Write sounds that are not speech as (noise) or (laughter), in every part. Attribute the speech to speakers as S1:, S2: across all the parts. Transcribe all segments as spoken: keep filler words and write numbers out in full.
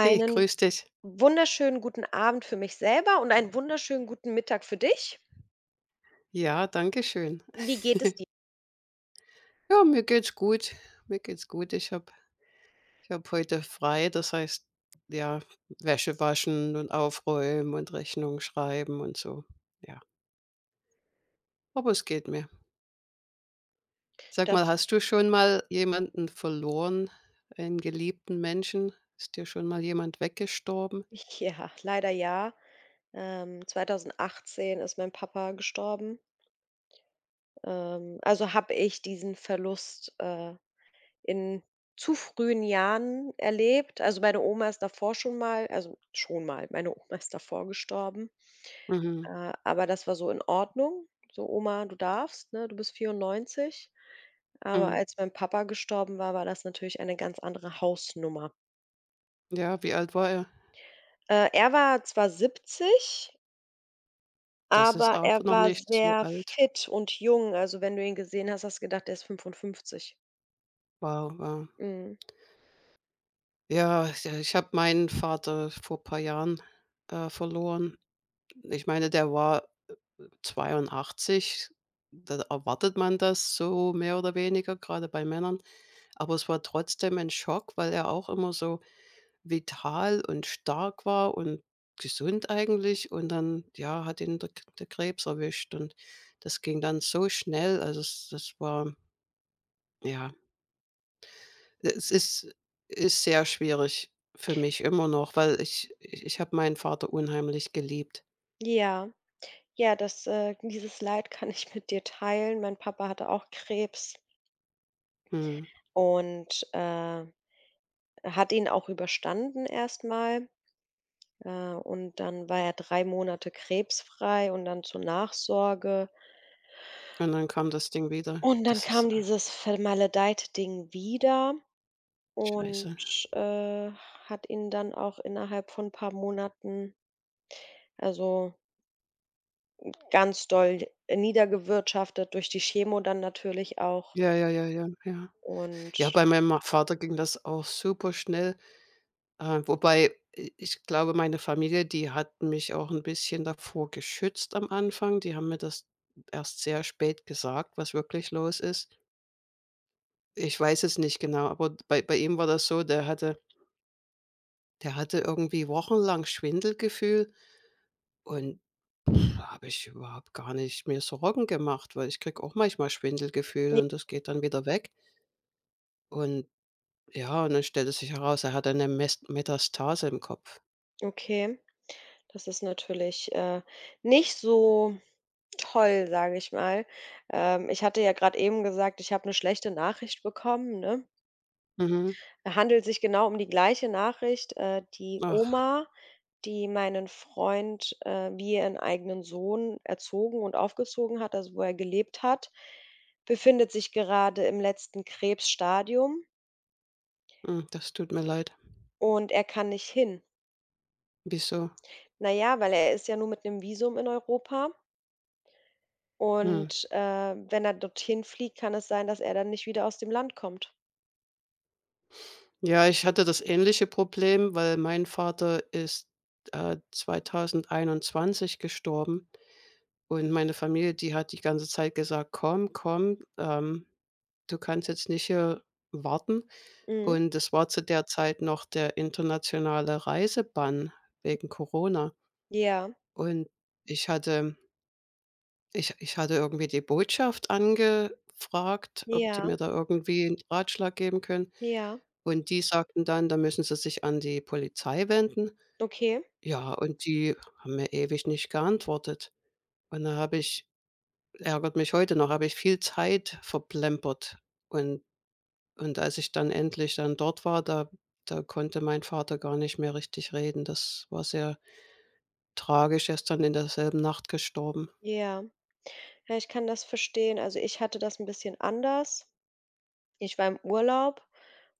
S1: Hey, grüß dich.
S2: wunderschönen guten Abend für mich selber und einen wunderschönen guten Mittag für dich.
S1: Ja, danke schön.
S2: Wie geht es
S1: (laughs)
S2: dir?
S1: Ja, mir geht's gut. Mir geht's gut. Ich habe ich habe heute frei, das heißt, ja, Wäsche waschen und aufräumen und Rechnung schreiben und so. Ja, aber es geht mir. Sag mal,
S2: Das
S1: hast du schon mal jemanden verloren, einen geliebten Menschen? Ist dir schon mal jemand weggestorben?
S2: (laughs) ja, leider ja. Ähm, zweitausendachtzehn ist mein Papa gestorben. Ähm, also habe ich diesen Verlust, äh, in zu frühen Jahren erlebt. Also, meine Oma ist davor schon mal also, schon mal, meine (laughs) Oma ist davor gestorben.
S1: Mhm,
S2: Äh, aber das war so in Ordnung. So: „Oma, du darfst, ne? Du bist vierundneunzig. Aber
S1: mhm.
S2: als mein Papa gestorben war, war das natürlich eine ganz andere Hausnummer.
S1: Ja, wie alt war er?
S2: Äh, er war zwar siebzig,
S1: Das ist
S2: aber er
S1: auch noch
S2: war
S1: nicht so
S2: sehr
S1: alt.
S2: fit und jung. Also, wenn du ihn gesehen hast, hast du gedacht, er ist fünfundfünfzig.
S1: Wow, wow.
S2: Mhm.
S1: Ja, ja, ich habe meinen Vater vor paar Jahren, äh, verloren. Ich meine, der war zweiundachtzig. Da erwartet man das so mehr oder weniger, gerade bei Männern. Aber es war trotzdem ein Schock, weil er auch immer so vital und stark war und gesund eigentlich. Und dann, ja, hat ihn der K der Krebs erwischt und das ging dann so schnell. Also, es das war ja. Es ist ist sehr schwierig für mich immer noch, weil ich ich ich habe meinen Vater unheimlich geliebt.
S2: Ja. Ja, das äh, Dieses Leid kann ich mit dir teilen. Mein Papa hatte auch Krebs
S1: Mhm.
S2: und, äh, hat ihn auch überstanden erstmal, äh, und dann war er drei Monate krebsfrei und dann zur Nachsorge.
S1: Und dann kam das Ding wieder.
S2: Und dann
S1: Das ist,
S2: kam
S1: ah,
S2: dieses vermaledeite Ding wieder und,
S1: scheiße.
S2: äh, hat ihn dann auch innerhalb von ein paar Monaten, also, ganz doll niedergewirtschaftet durch die Chemo dann natürlich auch
S1: Ja, ja, ja, ja, ja.
S2: und
S1: Ja, bei meinem Ma Vater ging das auch superschnell, äh, wobei i ich glaube, meine Familie, die hat mich auch ein bisschen davor geschützt am Anfang. Die haben mir das erst sehr spät gesagt, was wirklich los ist. Ich weiß es nicht genau, aber bei bei ihm war das so, der hatte der hatte irgendwie wochenlang Schwindelgefühl und da habe ich überhaupt gar nicht mir Sorgen gemacht, weil ich kriege auch manchmal Schwindelgefühl
S2: ja,
S1: und das geht dann wieder weg. Und ja, und dann stellte sich heraus, er hatte eine Mes Metastase im Kopf.
S2: okay. Das ist natürlich, äh, nicht so toll, sage ich mal. Ähm, ich hatte ja gerade eben gesagt, ich habe eine schlechte Nachricht bekommen, ne?
S1: Mhm.
S2: Handelt sich genau um die gleiche Nachricht. Äh, die
S1: Ach,
S2: Oma, die meinen Freund, äh, wie ihren eigenen Sohn erzogen und aufgezogen hat, also, wo er gelebt hat, befindet sich gerade im letzten Krebsstadium
S1: hm, das tut mir leid.
S2: und er kann nicht hin.
S1: Wieso?
S2: Na ja, weil er ist ja nur mit einem Visum in Europa.
S1: Hm.
S2: Und, äh, wenn er dorthin fliegt, kann es sein, dass er dann nicht wieder aus dem Land kommt.
S1: Ja, ich hatte das ähnliche Problem, weil mein Vater ist, äh, zweitausendeinundzwanzig gestorben. Und meine Familie, die hat die ganze Zeit gesagt: „Komm, komm, ähm, du kannst jetzt nicht hier warten.“
S2: Mhm.
S1: Und es war zu der Zeit noch der internationale Reisebann wegen Corona.
S2: Ja,
S1: Und ich hatte ich ich hatte irgendwie die Botschaft angefragt, ob die
S2: ja,
S1: mir da irgendwie 'n Ratschlag geben können.
S2: ja,
S1: Und die sagten dann, da müssen sie sich an die Polizei wenden.
S2: okay,
S1: Ja, und die haben mir ewig nicht geantwortet. Und da habe ich ärgert mich heute noch, habe ich viel Zeit verplempert. Und und als ich dann endlich dann dort war, da da konnte mein Vater gar nicht mehr richtig reden. Das war sehr tragisch. Er ist dann in derselben Nacht gestorben.
S2: ja. Ja, ich kann das verstehen. Also, ich hatte das ein bisschen anders. Ich war im Urlaub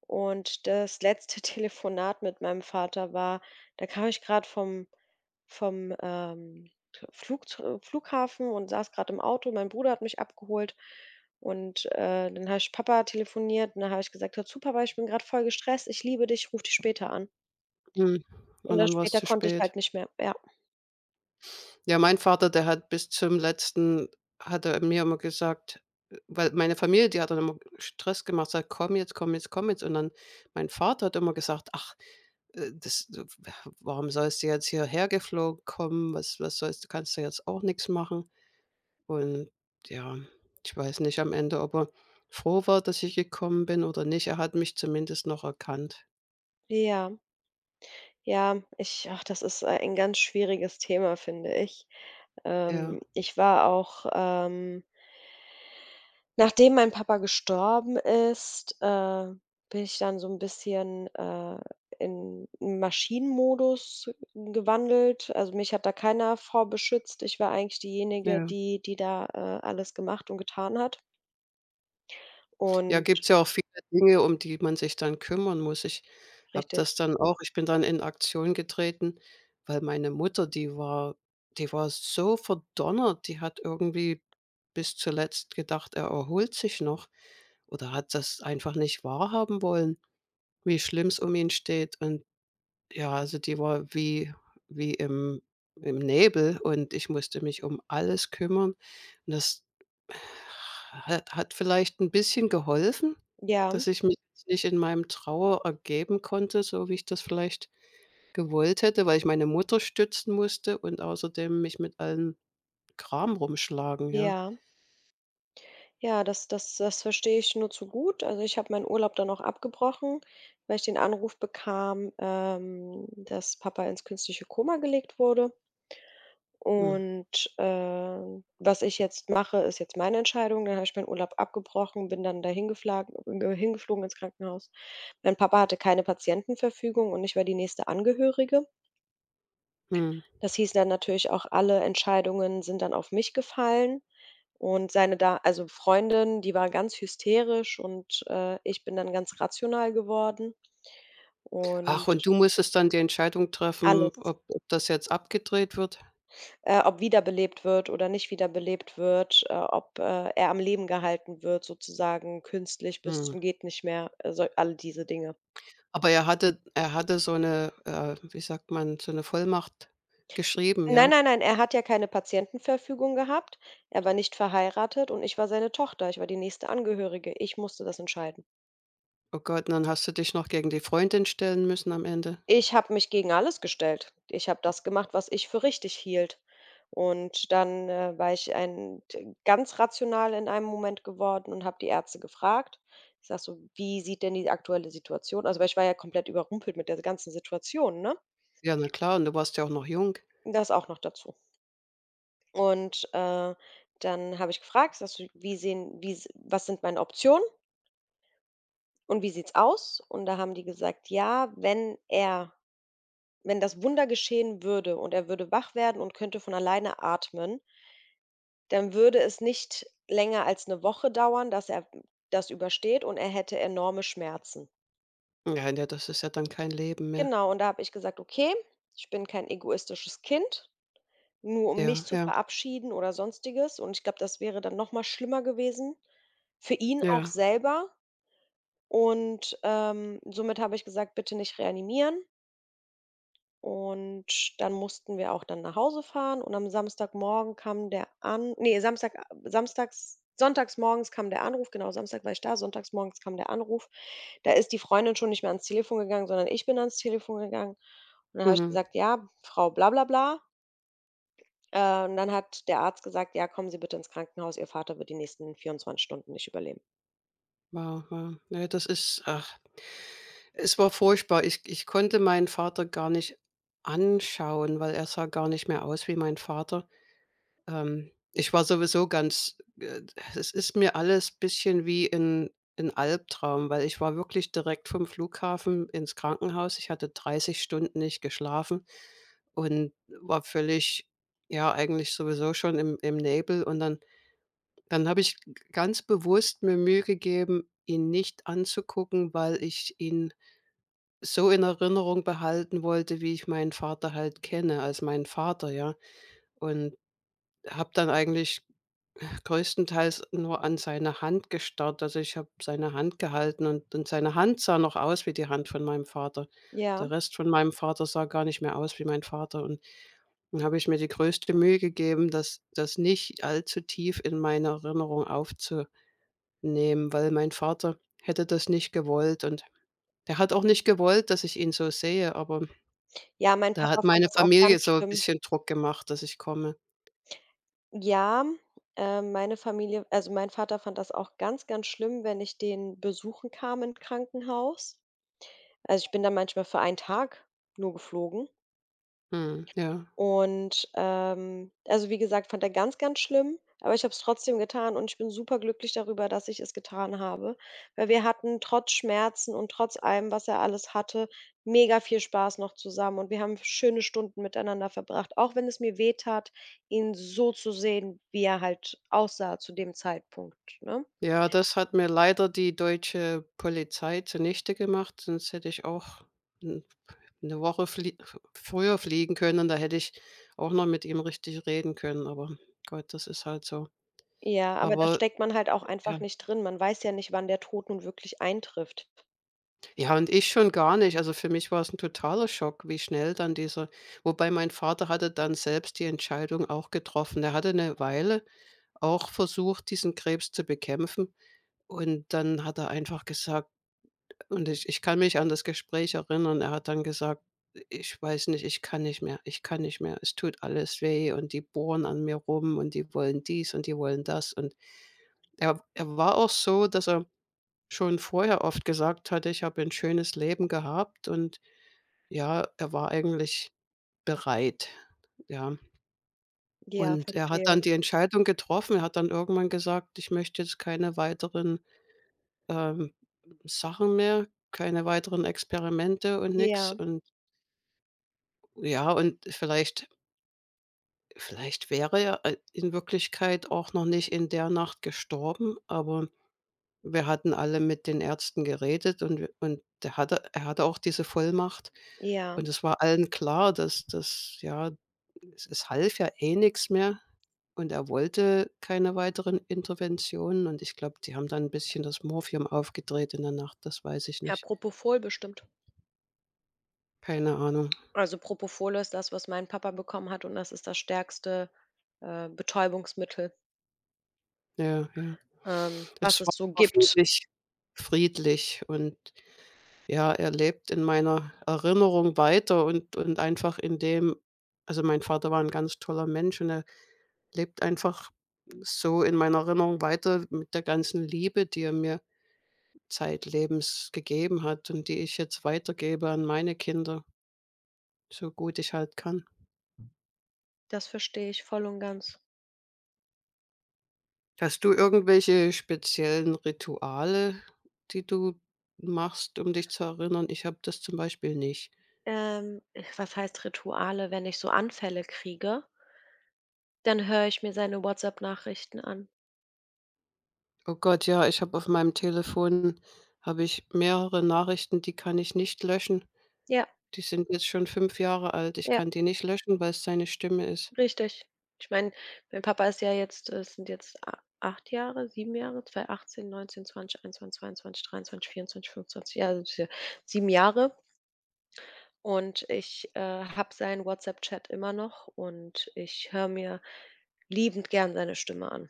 S2: und das letzte (laughs) Telefonat mit meinem Vater war da. Kam ich gerade vom vom, ähm, Flug Flughafen und saß gerade im Auto. Mein Bruder hat mich abgeholt und, äh, dann habe ich Papa telefoniert und dann habe ich gesagt: „Hör zu, Papa, ich bin gerade voll gestresst. Ich liebe dich, ruf dich später an.“
S1: Mhm.
S2: Und
S1: Und
S2: dann
S1: dann war es
S2: später
S1: zu
S2: konnte ich
S1: spät.
S2: halt nicht mehr, ja.
S1: Ja, mein Vater, der hat bis zum Letzten hat er mir immer gesagt äh, weil meine Familie, die hat dann immer Stress gemacht, sagt: „Komm jetzt, komm jetzt, komm jetzt.“ Und dann mein Vater hat immer gesagt: „Ach, Äh, das w warum sollst du jetzt hierher geflogen kommen? Was was sollst du kannst ja jetzt auch nichts machen. Und ja, ich weiß nicht am Ende, ob er froh war, dass ich gekommen bin oder nicht. Er hat mich zumindest noch erkannt.
S2: Ja, ja, ich ach, das ist, äh, ein ganz schwieriges Thema, finde ich.
S1: Ja,
S2: Ähm, ich war auch ähm, nachdem mein Papa gestorben ist, äh, bin ich dann so ein bisschen, äh, in einen Maschinenmodus gewandelt. Also, mich hat da keiner vor beschützt. Ich war eigentlich diejenige,
S1: ja.
S2: die die da, äh, alles gemacht und getan hat.
S1: Ja,
S2: Und
S1: gibt es ja auch viele Dinge, um die man sich dann kümmern muss. Ich habe
S2: richtig.
S1: das dann auch ich bin dann in Aktion getreten, weil meine Mutter, die war die war so verdonnert, die hat irgendwie bis zuletzt gedacht, er erholt sich noch, oder hat das einfach nicht wahrhaben wollen, wie schlimm es um ihn steht. Und ja, also die war wie wie im im Nebel und ich musste mich um alles kümmern. Und das hat hat vielleicht ein bisschen geholfen,
S2: Ja,
S1: dass ich mich jetzt nicht in meinem Trauer ergeben konnte, so wie ich das vielleicht gewollt hätte, weil ich meine Mutter stützen musste und außerdem mich mit allen Kram rumschlagen, ja.
S2: ja. Ja, das das das verstehe ich nur zu gut. Also, ich habe meinen Urlaub dann auch abgebrochen, weil ich den Anruf bekam, ähm, dass Papa ins künstliche Koma gelegt wurde.
S1: Mhm.
S2: Und, äh, was ich jetzt mache, ist jetzt meine Entscheidung. Dann habe ich meinen Urlaub abgebrochen, bin dann dahin hingeflagen ge hingeflogen ins Krankenhaus. Mein Papa hatte keine Patientenverfügung und ich war die nächste Angehörige.
S1: Mhm.
S2: Das hieß dann natürlich auch, alle Entscheidungen sind dann auf mich gefallen und seine da also Freundin, die war ganz hysterisch und, äh, ich bin dann ganz rational geworden und
S1: Ach, und du musstest dann die Entscheidung treffen,
S2: alles.
S1: ob ob das jetzt abgedreht wird?
S2: Äh, ob wiederbelebt wird oder nicht wiederbelebt wird, äh, ob, äh, er am Leben gehalten wird sozusagen künstlich bis
S1: Mhm.
S2: zum geht nicht mehr, äh, so all diese Dinge.
S1: Aber er hatte er hatte so eine, äh, wie sagt man, so eine Vollmacht geschrieben,
S2: Nein,
S1: ja?
S2: nein, nein, er hat ja keine Patientenverfügung gehabt. Er war nicht verheiratet und ich war seine Tochter. Ich war die nächste Angehörige. Ich musste das entscheiden.
S1: Oh Gott, und dann hast du dich noch gegen die Freundin stellen müssen am Ende?
S2: Ich habe mich gegen alles gestellt. Ich habe das gemacht, was ich für richtig hielt. Und dann, äh, war ich ein t ganz rational in einem Moment geworden und habe die Ärzte gefragt. Ich sag so: „Wie sieht denn die aktuelle Situation“, also, weil ich war ja komplett überrumpelt mit der ganzen Situation, ne?
S1: Ja, na klar, und du warst ja auch noch jung.
S2: Das auch noch dazu. Und, äh, dann habe ich gefragt, ich sage so: „Wie sehen wie s Was sind meine Optionen und wie sieht's aus?“ Und da haben die gesagt: „Ja, wenn er“ Wenn das Wunder geschehen würde und er würde wach werden und könnte von alleine atmen, dann würde es nicht länger als eine Woche dauern, dass er das übersteht und er hätte enorme Schmerzen.
S1: Ja, ja, das ist ja dann kein Leben mehr.
S2: Genau, und da habe ich gesagt: „Okay, ich bin kein egoistisches Kind, nur um mich
S1: Ja,
S2: zu
S1: ja,
S2: verabschieden oder Sonstiges.“ Und ich glaube, das wäre dann noch mal schlimmer gewesen, für ihn auch
S1: ja.
S2: selber. Und, ähm, somit habe ich gesagt: „Bitte nicht reanimieren.“ Und dann mussten wir auch dann nach Hause fahren und am Samstagmorgen kam der An ne, Samstag samstags sonntagsmorgens kam der Anruf, genau, Samstag war ich da, sonntagsmorgens kam der Anruf. Da ist die Freundin schon nicht mehr ans Telefon gegangen, sondern ich bin ans Telefon gegangen. Und dann habe ich
S1: Mhm.
S2: gesagt: „Ja, Frau bla bla bla.“ Äh, und dann hat der Arzt gesagt: „Ja, kommen Sie bitte ins Krankenhaus. Ihr Vater wird die nächsten vierundzwanzig Stunden nicht überleben.“
S1: Wow, wow. Ne, das ist ach, es war furchtbar. Ich ich konnte meinen Vater gar nicht anschauen, weil er sah gar nicht mehr aus wie mein Vater. Ähm, ich war sowieso ganz äh, es ist mir alles bisschen wie in in Albtraum, weil ich war wirklich direkt vom Flughafen ins Krankenhaus. Ich hatte dreißig Stunden nicht geschlafen und war völlig ja, eigentlich sowieso schon im im Nebel. Und dann dann habe ich ganz bewusst mir Mühe gegeben, ihn nicht anzugucken, weil ich ihn so in Erinnerung behalten wollte, wie ich meinen Vater halt kenne, als meinen Vater, ja. Und habe dann eigentlich größtenteils nur an seine Hand gestarrt. Also, ich habe seine Hand gehalten und und seine Hand sah noch aus wie die Hand von meinem Vater.
S2: Ja.
S1: Der Rest von meinem Vater sah gar nicht mehr aus wie mein Vater. Und dann habe ich mir die größte Mühe gegeben, das das nicht allzu tief in meine Erinnerung aufzunehmen, weil mein Vater hätte das nicht gewollt und der hat auch nicht gewollt, dass ich ihn so sehe, aber
S2: Ja, mein
S1: da
S2: Papa
S1: hat
S2: fand
S1: meine
S2: das auch
S1: Familie
S2: ganz
S1: so ein
S2: schlimm.
S1: bisschen Druck gemacht, dass ich komme.
S2: Ja, ähm, meine Familie also, mein Vater fand das auch ganz, ganz schlimm, wenn ich den besuchen kam im Krankenhaus. Also, ich bin da manchmal für einen Tag nur geflogen.
S1: Mhm, ja.
S2: Und, ähm, also, wie gesagt, fand er ganz, ganz schlimm, aber ich habe es trotzdem getan und ich bin super glücklich darüber, dass ich es getan habe, weil wir hatten trotz Schmerzen und trotz allem, was er alles hatte, mega viel Spaß noch zusammen und wir haben schöne Stunden miteinander verbracht, auch wenn es mir wehtat, ihn so zu sehen, wie er halt aussah zu dem Zeitpunkt, ne?
S1: Ja, das hat mir leider die deutsche Polizei zunichte gemacht, sonst hätte ich auch 'n 'ne Woche flie f früher fliegen können, da hätte ich auch noch mit ihm richtig reden können, aber Gott, das ist halt so.
S2: Ja, aber da
S1: Aber
S2: steckt man halt auch
S1: ja.
S2: einfach nicht drin. Man weiß ja nicht, wann der Tod nun wirklich eintrifft.
S1: Ja, und ich schon gar nicht. Also, für mich war es ein totaler Schock, wie schnell dann dieser wobei mein Vater hatte dann selbst die Entscheidung auch getroffen. Der hatte eine Weile auch versucht, diesen Krebs zu bekämpfen und dann hat er einfach gesagt: Und ich ich kann mich an das Gespräch erinnern. Er hat dann gesagt: „Ich weiß nicht, ich kann nicht mehr. Ich kann nicht mehr. Es tut alles weh und die bohren an mir rum und die wollen dies und die wollen das.“ Und er er war auch so, dass er schon vorher oft gesagt hatte: „Ich habe ein schönes Leben gehabt.“ Und ja, er war eigentlich bereit, ja.
S2: Ja,
S1: Und er hat
S2: verstehe.
S1: dann die Entscheidung getroffen. Er hat dann irgendwann gesagt: „Ich möchte jetzt keine weiteren, ähm, Sachen mehr, keine weiteren Experimente und nix.“
S2: Ja,
S1: Und ja, und vielleicht vielleicht wäre er, äh, in Wirklichkeit auch noch nicht in der Nacht gestorben, aber wir hatten alle mit den Ärzten geredet und wir und der hatte er hatte auch diese Vollmacht.
S2: ja.
S1: Und es war allen klar, dass dass ja, es es half ja eh nix mehr und er wollte keine weiteren Interventionen und ich glaube, die haben dann ein bisschen das Morphium aufgedreht in der Nacht, das weiß ich
S2: Ja,
S1: nicht.
S2: Propofol bestimmt.
S1: Keine Ahnung.
S2: Also, Propofol ist das, was mein Papa bekommen hat und das ist das stärkste, äh, Betäubungsmittel,
S1: Ja, ja.
S2: ähm, was
S1: Es
S2: es
S1: war
S2: so gibt.
S1: hoffentlich friedlich und ja, er lebt in meiner Erinnerung weiter und und einfach in dem also, mein Vater war 'n ganz toller Mensch und er lebt einfach so in meiner Erinnerung weiter mit der ganzen Liebe, die er mir zeitlebens gegeben hat und die ich jetzt weitergebe an meine Kinder, so gut ich halt kann.
S2: Das verstehe ich voll und ganz.
S1: Hast du irgendwelche speziellen Rituale, die du machst, um dich zu erinnern? Ich habe das zum Beispiel nicht.
S2: Ähm, Was heißt Rituale? Wenn ich so Anfälle kriege, dann höre ich mir seine WhatsApp-Nachrichten an.
S1: Oh Gott, ja, ich habe auf meinem Telefon habe ich mehrere Nachrichten, die kann ich nicht löschen.
S2: Ja,
S1: Die sind jetzt schon fünf Jahre alt. Ich
S2: ja,
S1: kann die nicht löschen, weil es seine Stimme ist.
S2: richtig. Ich meine, mein Papa ist ja jetzt es sind jetzt a acht Jahre, sieben Jahre, zwei achtzehn, neunzehn, zwanzig, einundzwanzig, zweiundzwanzig, dreiundzwanzig, vierundzwanzig, fünfundzwanzig. Ja, also es ist ja sieben Jahre. Und ich, äh, habe seinen WhatsApp-Chat immer noch und ich höre mir liebend gern seine Stimme an.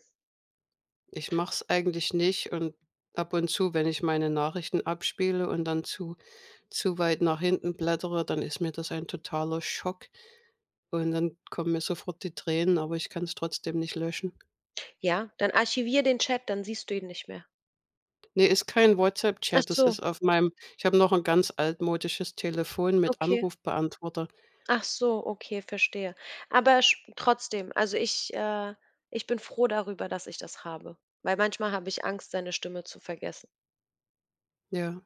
S1: Ich mache es eigentlich nicht und ab und zu, wenn ich meine Nachrichten abspiele und dann zu zu weit nach hinten blättere, dann ist mir das ein totaler Schock und dann kommen mir sofort die Tränen, aber ich kann es trotzdem nicht löschen.
S2: Ja, dann archivier den Chat, dann siehst du ihn nicht mehr.
S1: Ne, ist kein
S2: Ach
S1: WhatsApp-Chat, das
S2: so,
S1: ist auf meinem ich habe noch ein ganz altmodisches Telefon mit
S2: okay.
S1: Anrufbeantworter.
S2: Ach so, okay, verstehe. Aber sch trotzdem, also ich äh, ich bin froh darüber, dass ich das habe, weil manchmal habe ich Angst, seine Stimme zu vergessen.
S1: Ja,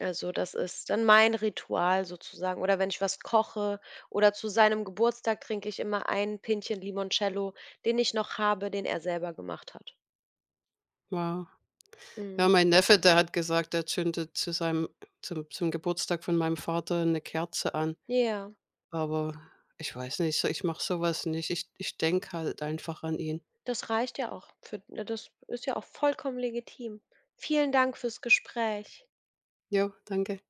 S2: Also, das ist dann mein Ritual sozusagen. Oder wenn ich was koche oder zu seinem Geburtstag trinke ich immer ein Pintchen Limoncello, den ich noch habe, den er selber gemacht hat.
S1: wow.
S2: Mhm.
S1: Ja, mein Neffe, der hat gesagt, er zündet zu seinem zum zum Geburtstag von meinem Vater eine Kerze an,
S2: Ja,
S1: aber ich weiß nicht, so ich mache sowas nicht. Ich ich denke halt einfach an ihn.
S2: das reicht ja auch für das ist ja auch vollkommen legitim. Vielen Dank fürs Gespräch.
S1: Ja, danke.